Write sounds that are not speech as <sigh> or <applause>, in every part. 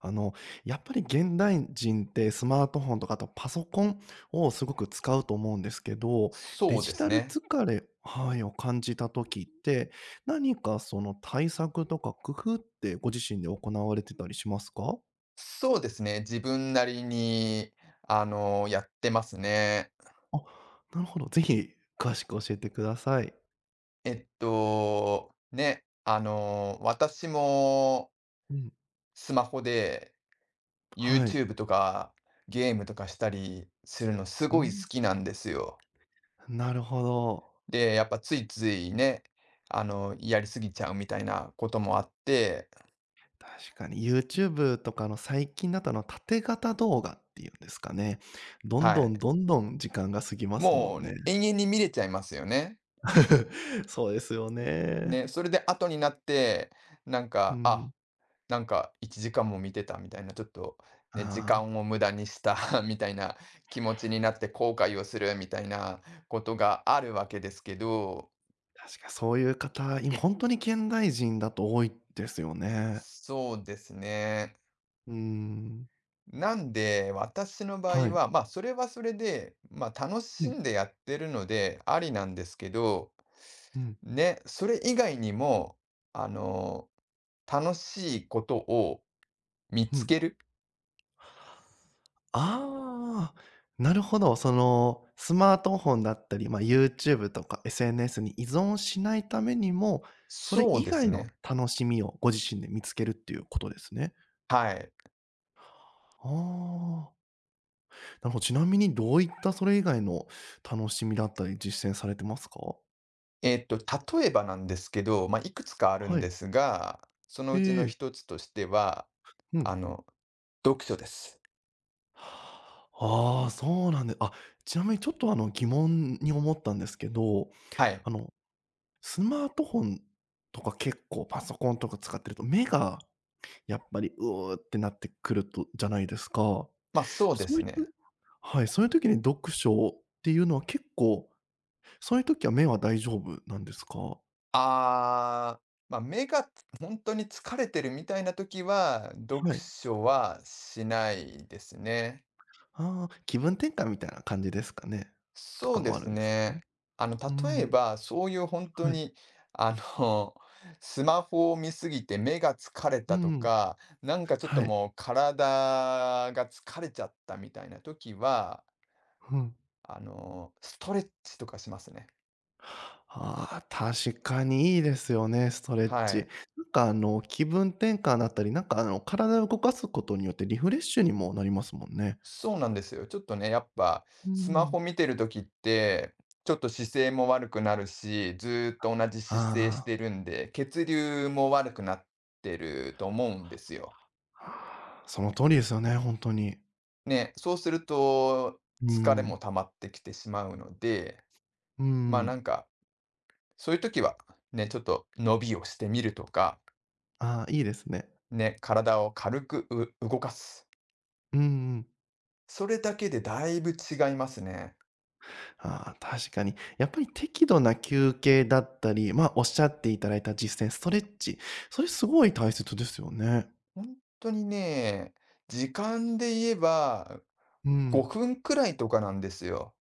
あの、やっぱり現代人ってスマートフォンとか、あとパソコンをすごく使うと思うんですけど、デそうでジすタルね。疲れ、はい、を感じた時って、何かその対策とか工夫ってご自身で行われてたりしますか？そうですね、自分なりに、やってますね。あ、なるほど。ぜひ詳しく教えてください。ね、私もうん。スマホで はい。YouTube とかゲームとかしたりするのすうごいん、好きなんですよ。なるほど。で、やっぱついついね、やりすぎちゃうみたいなこともあって、確かに YouTube とかの最近だと、縦型動画っていうんですかね。どんはどい。んどんどん時間が過ぎますももんうね。延々に見れちゃいますよね。<laughs> そうですよね。ね、それで後になって、なんうか、あん。なんか1時間も見てたみたいな、ちょっとね、時ああ、間を無駄にした <laughs> みたいな気持ちになって後悔をするみたいなことがあるわけですけど、確かそういう方、今本当に現代人だと多いですよね。そうですね。うん。なんで私の場は合い。は、まあそれはそれで、まあ楽うしん、んでやってるのでありなんですけど、うん、ね、それ以外にも、あの、楽しいことを見うつん。ける。ああ、なるほど。スマートフォンだったり、まあ、YouTube とか SNS に依存しないためにも、それそう以です外のね。楽しみをご自身で見つけるっていうことですね。はい。ああ、なるほど。ちなみにどういったそれ以外の楽しみだったり実践されてますか？例えばなんですけど、いくつかあるんはい。ですが、そのえうちのえ、一つとしては、うん。あの、読書です。ああ、そうなんで、あ、ちなみにちょっと疑問に思ったんですけど、はい。あの、スマートフォンとか結構パソコンとか使ってると、目がやっぱり「うーってなってくるとじゃないですか。そうでそうすいうたね。はい、そういう時に読書っていうのは結構、そういう時は目は大丈夫なんですか？ああ、まあ、目が本当に疲れてるみたいな時は、読はい。書はしないですね。ああ、気分転換みたいな感じですかね？とそかうでもあるすんですかね。ね？う例えん、ば、そういう本当はい。に、あの、<laughs> スマホを見すぎて目が疲れうたとん、か、なんかちょっとはい。もう体が疲れちゃったみたいな時は、うん。ストレッチとかしますね。ああ、確かにいいですよね、ストレッはチ。い。なんか気分転換だったり、なんか体を動かすことによってリフレッシュにもなりますもんね。そうなんですよ。ちょっとね、やっぱうスマん。ホ見てる時って、ちょっと姿勢も悪くなるし、ずーっと同じ姿勢しあてるんで、血流も悪くなってると思うんですよ。あ、その通りですよね、ほんとに。ね、そうすると、う疲れん、も溜まってきてしまうので、うまあ、なん。んか、そういう時は、ね、ちょっと伸びをしてみるとか、ああ、いいですね。ね、体を軽く動かす。うんうん。それだけでだいぶ違いますね。ああ、確かに。やっぱり適度な休憩だったり、おっしゃっていただいた実践、ストレッチ、それすごい大切ですよね。本当にね、時間で言えばうん。5分くらいとかなんですよ。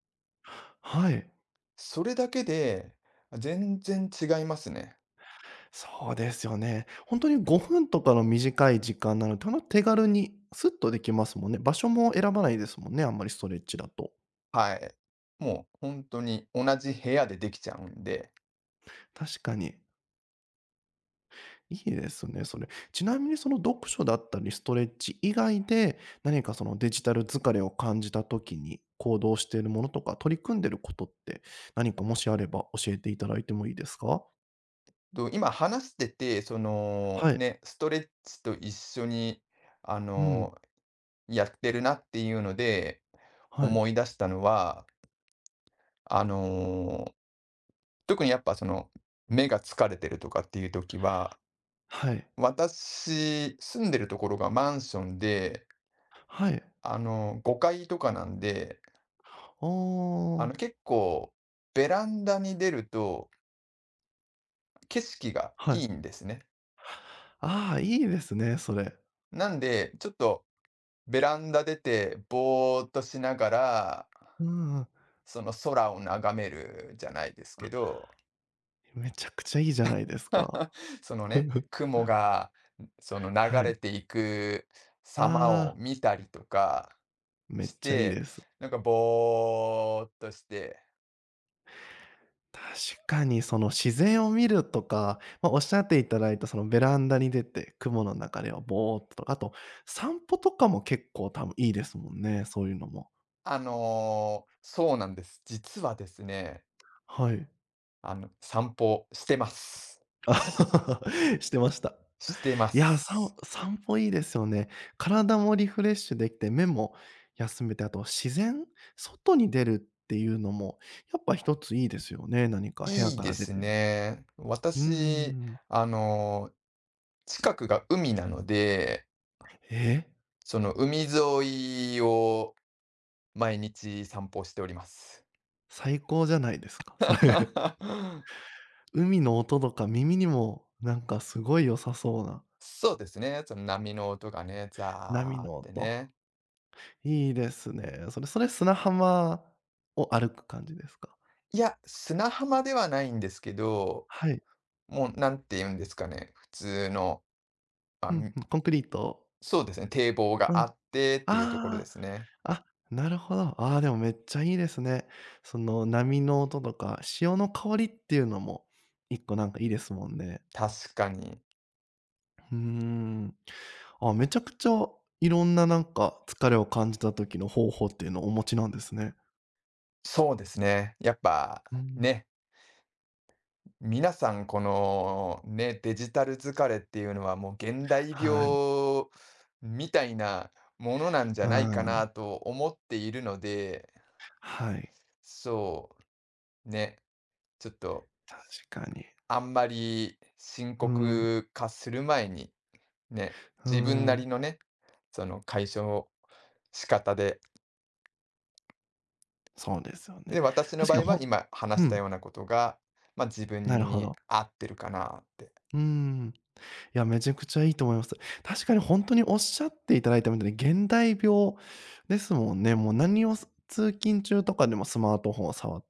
はい。それだけで、全然違いますね。そうですよね。本当に5分とかの短い時間なので、ほんと手軽にスッとできますもんね。場所も選ばないですもんね、あんまりストレッチだと。はい。もう本当に同じ部屋でできちゃうんで。確かに。いいですね、それ。ちなみにその読書だったりストレッチ以外で、何かそのデジタル疲れを感じた時に行動しているものとか、取り組んでることって、何かもしあれば教えていただいてもいいですか？今話してて、はい。ね、ストレッチと一緒に、あうん。の、やってるなっていうので、はい。思い出したのは、あの、特にやっぱ目が疲れてるとかっていう時は、はい。私、住んでるところがマンションで、はい。5階とかなんで、ああ。結構、ベランダに出ると、景色がはい。いいんですね。ああ、いいですね、それ。なんで、ちょっと、ベランダ出て、ぼーっとしながら、うん。その空を眺めるじゃないですけど、めちゃくちゃいいじゃないですか。そのね、<laughs> 雲がそのは流れい。ていく様をああ、見たりとかめっしちゃいいて、です。なんかぼーっとして、確かにその自然を見るとか、まあ、おっしゃっていただいたそのベランダに出て、雲の中ではぼーっと、あと散歩とかも結構多分いいですもんね、そういうのも。そうなんです。実はですね、はい。散歩してます。<laughs> してました。してまいや、す。散歩いいですよね。体もリフレッシュできて、目も休めて、あと自然、外に出るっていうのも、やっぱ一ついいですよね、何か部屋いいかでら出すてみ。ね。うー私、ん。あの、近くが海なので、え、その海沿いを毎日散歩しております。最高じゃないですか、それ。<laughs> 海の音とか耳にも、なんかすごい良さそうな、そうですね、その波の音がね、波ザーっのて音。ね。いいですね。それ、それ砂浜を歩く感じですか？いや、砂浜ではないんですけど、はい。もうなんて言うんですかね、普通の、まあ、うんうん、コンクリート。そうですね、堤防うがん、ああってっていうところであ。すね。あ、なるほど。ああ、でもめっちゃいいですね。その波の音とか、潮の香りっていうのも1個なんかいいですもんね。確かに。うーん。あ、めちゃくちゃいろんななんか疲れを感じた時の方法っていうのをお持ちなんですね。そうですね、やっぱ、うん。ね。皆さん、このね、デジタル疲れっていうのはもう現代はい。病みたいなものなんじゃうないかん。なと思っているので、はい。そう、ね、ちょっと確かに。あんまり深うん、う刻化する前に、ね、自分なん。りのね、その解消仕方で、そうですよで、ね。私の確場か合に。は今う話したん、ようなことが、ま、自分なるほにど。合ってるかなってうん。いや、めちゃくちゃいいと思います。確かに本当におっしゃっていただいたみたいに、現代病ですもんね。もう何をす通勤中とかでもスマートフォンを触っ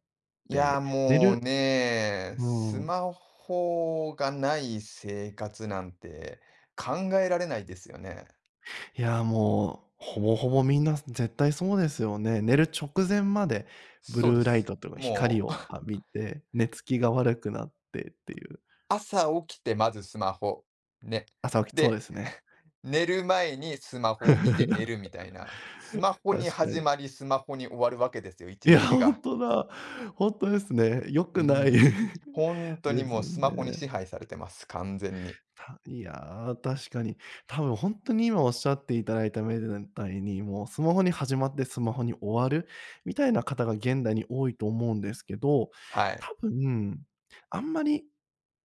いや、て、寝もうる。ね、スうん。マホがない生活なんて考えられないですよね。いや、もう、ほぼほぼみんな絶対そうですよね。寝る直前までブそうでルーライす。トというか光もう を浴びて、寝つきが悪くなってっていう。<laughs> 朝起きてまずスマホ。ね。朝起きそうで、ですね。寝る前にスマホを見て寝る <laughs> みたいな。スマホ確にか始に。まり、スマホに終わるわけですよ、一いや、日が。本当だ。本当ですね。良うくない ん。本 <laughs> 当にですもうよスマホにね。支配されてます、完全に。やー、確かに。多分本当に今おっしゃっていただいたみたいに、もうスマホに始まってスマホに終わるみたいな方が現代に多いと思うんですけど、はい。多分、あんまり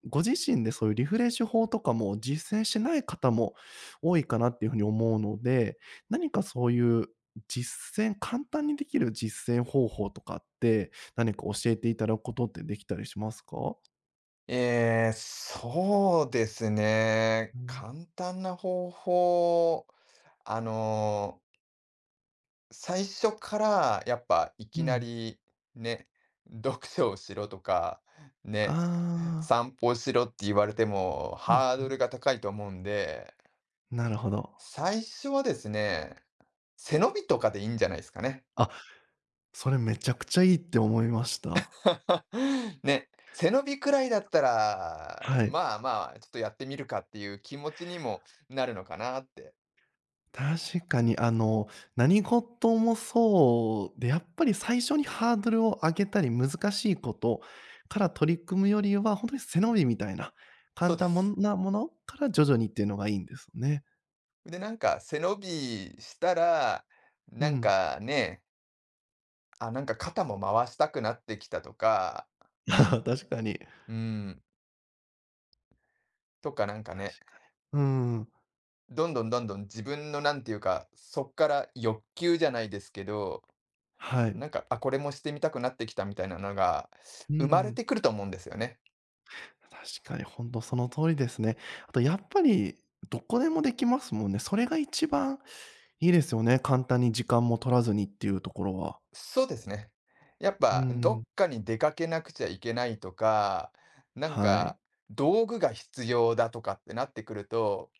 ご自身でそういうリフレッシュ法とかも実践してない方も多いかなっていう風に思うので、何かそういう実践簡単にできる実践方法とかって、何か教えていただくことってできたりしますか？ええ、そうですね。うん。簡単な方法、あの、最初からやっぱいきうなん。りね、読書をしろとか、あね、あ。散歩をしろって言われてもうん、うん、ああ、ハーうドん、ルが高いと思うんで、なるほど。最初はですね、背伸びとかでいいんじゃないですかね。あ、それめちゃくちゃいいって思いました。<laughs> ね、背伸びくらいだったら、はい。まあまあ、ちょっとやってみるかっていう気持ちにもなるのかなって。確かに何事もそうで、やっぱり最初にハードルを上げたり、難しいことから取り組むよりは、本当に背伸びみたいな、そ簡うで単す。なものから徐々にっていうのがいいんですね。で、なんか背伸びしたら、うなんん。かね、あ、なんか肩も回したくなってきたとか、<laughs> 確かに。うん、とかなんか確ね、かに。うん。どんどんどんどん自分のなんていうか、そっから欲求じゃないですけど、はい。なんか、あ、これもしてみたくなってきたみたいなのがう生まれん。てくると思うんですよね。確かに本当その通りですね。あとやっぱり、どこでもできますもんね。それが一番いいですよね。簡単に時間も取らずにっていうところは。そうですね。やっうぱどっん。かに出かけなくちゃいけないとか、なんはかい。道具が必要だとかってなってくると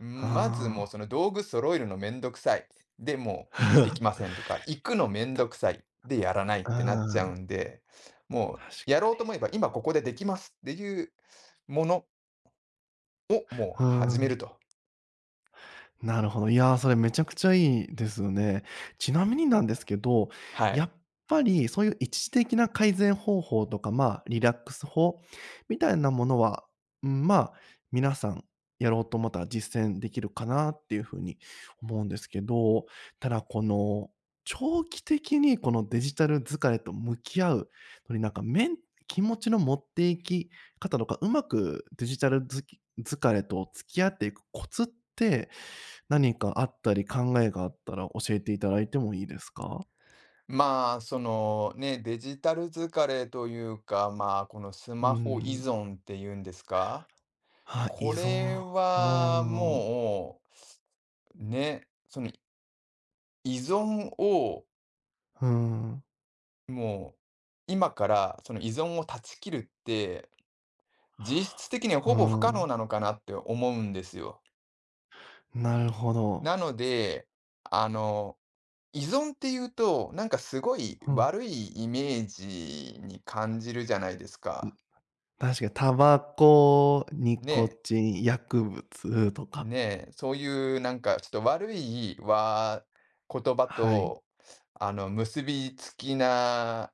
うあん、まずもうあ。その道具揃えるのめんどくさい。で、もうできませ <laughs> んとか、行くのめんたどくさい。で、やらないっうてなっちゃうん。んで、も確うやろかうと思えば今ここでできますっていうものをもうう始めん。ると。なるほど。いやー、それめちゃくちゃいいですよね。ちなみになんですけど、はやい。っぱりそういう一時的な改善方法とか、まあ、リラックス法みたいなものは、うん、まあ、皆さんやろうと思ったら実践できるかなっていう風に思うんですけど、ただこの、長期的にこのデジタル疲れと向き合うのに、なんか、気持ちの持っていき方とか、うまくデジタル疲れと付き合っていくコツって何かあったり考えがあったら教えていただいてもいいですか？まあ、そのね、デジタル疲れというか、まあ、このスうーマホ依ん。存っていうんですか、あ、依こ存。れあはあ、もう、ね、その依存をうん、うもう、今からその依存を断ち切るって、実質的にはーほぼ不可能ん。なのかなって思うんですよ。なるほど。なので、あの、依存っていうと、なんかすごいうん。悪いイメージに感じるじゃないですいか。確かにタバコ、ニねコえ、チン、薬物とか、ねえ、そういうなんかちょっと悪い言葉はい。と、結びつきな、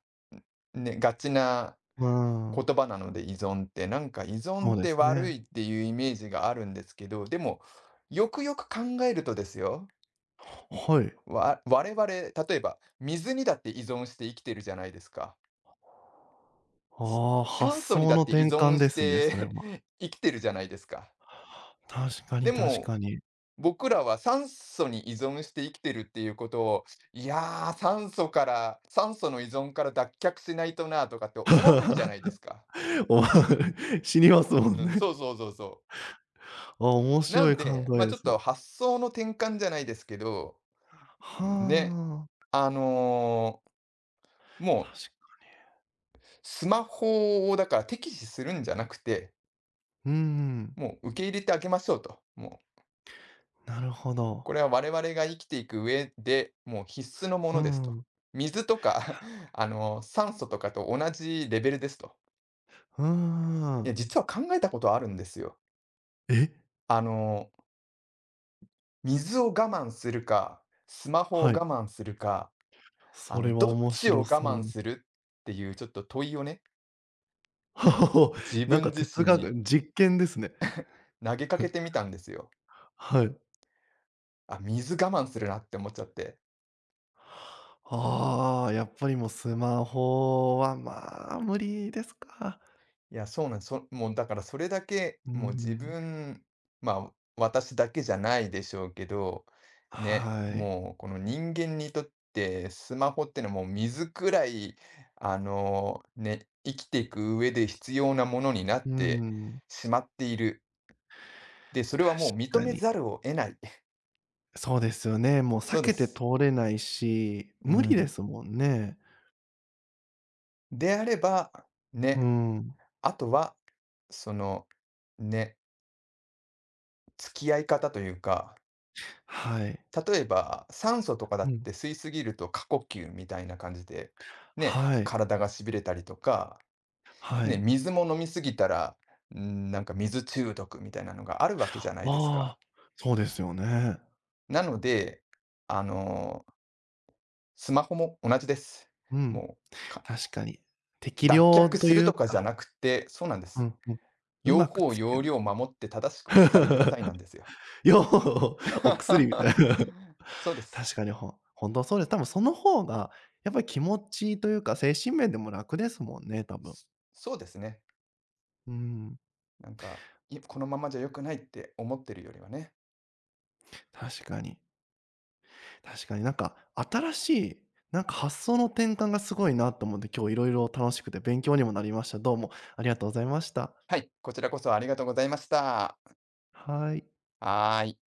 ね、がちなう言ん、葉なので依存って、なんか依そ存っうでてす悪いね。っていうイメージがあるんですけど、でも、よくよく考えるとですよ、はい。我々、例えば水にだって依存して生きてるじゃないですか。ああ、発酸素に想だのって依転換存でしすね、それて は。<laughs> 生きてるじゃないですか。確かでに、確も、かに。僕らは酸素に依存して生きてるっていうことを、いやー、酸素の依存から脱却しないとなとかって思わないじゃない <laughs> ですか。お、知りますもんうん、ね。そうそうそうそう。あ、面な白んい考で、まあ、えでちょっす。と発想の転換じゃないですけど、はね、あ、あの、も確うかスマホをだから敵視するんじゃなくて、うん、もう受け入れてあげましょうと。もうなるほこど。れは我々が生きていく上で、もう必須のもうのですと。ん、う水とか <laughs> 酸素とかと同じレベルですと。ーいや、ん。実は考えたことあるんですよ。え、あの、水を我慢するか、スマホをはい。我慢するか、それはどっ面ちを白我そう慢な。するっていうちょっと問いをね、<laughs> 自なん分か自哲身学に実験ですね。投げかけてみ <laughs> たんですよ。はい。あ、水我慢するなって思っちゃって。ああ、やっぱりもうスマホは、まあ、無理ですか。いや、そうなん、そもうだからそれだけ、うもう自ん、分、まあ、私だけじゃないでしょうけど、ね、はい。もうこの人間にとってスマホってのはもう水くらい、ね、生きていく上で必要なものになっうてん、しまっている。で、それ確はもう認かめに。ざるを得ない。<laughs> そうですよね。もうそ避うでけてす。通れないし、う無理でん。すもんね。であれば、うね、ん、あとは、その、ね、付き合い方というか、はい。例えば酸素とかだうっん。て吸いすぎると過呼吸みたいな感じで、ね、はい。体が痺れたりとか、はね、い。水も飲みすぎたら、なんか水中毒みたいなのがあるわけじゃないですあか。あ、そうですよね。なので、あの、スマホも同じです。うん、もう、確かに。適脱量却とすいるうとかじゃか、なくて、そうなんでうす。んうん。う用まく法付き用合う。量を守って正しくお使いくださいな <laughs> んですよ。よう、お薬み <laughs> たいな。<laughs> そうです。確かに、ほんとそうです。多分その方が、やっぱり気持ちというか、精神面でも楽ですもんね、多分。そうですね。うん、なんか、このままじゃ良くないって思ってるよりはね。確かに。確かになんか、新しい、なんか発想の転換がすごいなと思って、今日いろいろ楽しくて勉強にもなりました。どうもありがとうございました。はい、こちらこそありがとうございました。はい。はーい。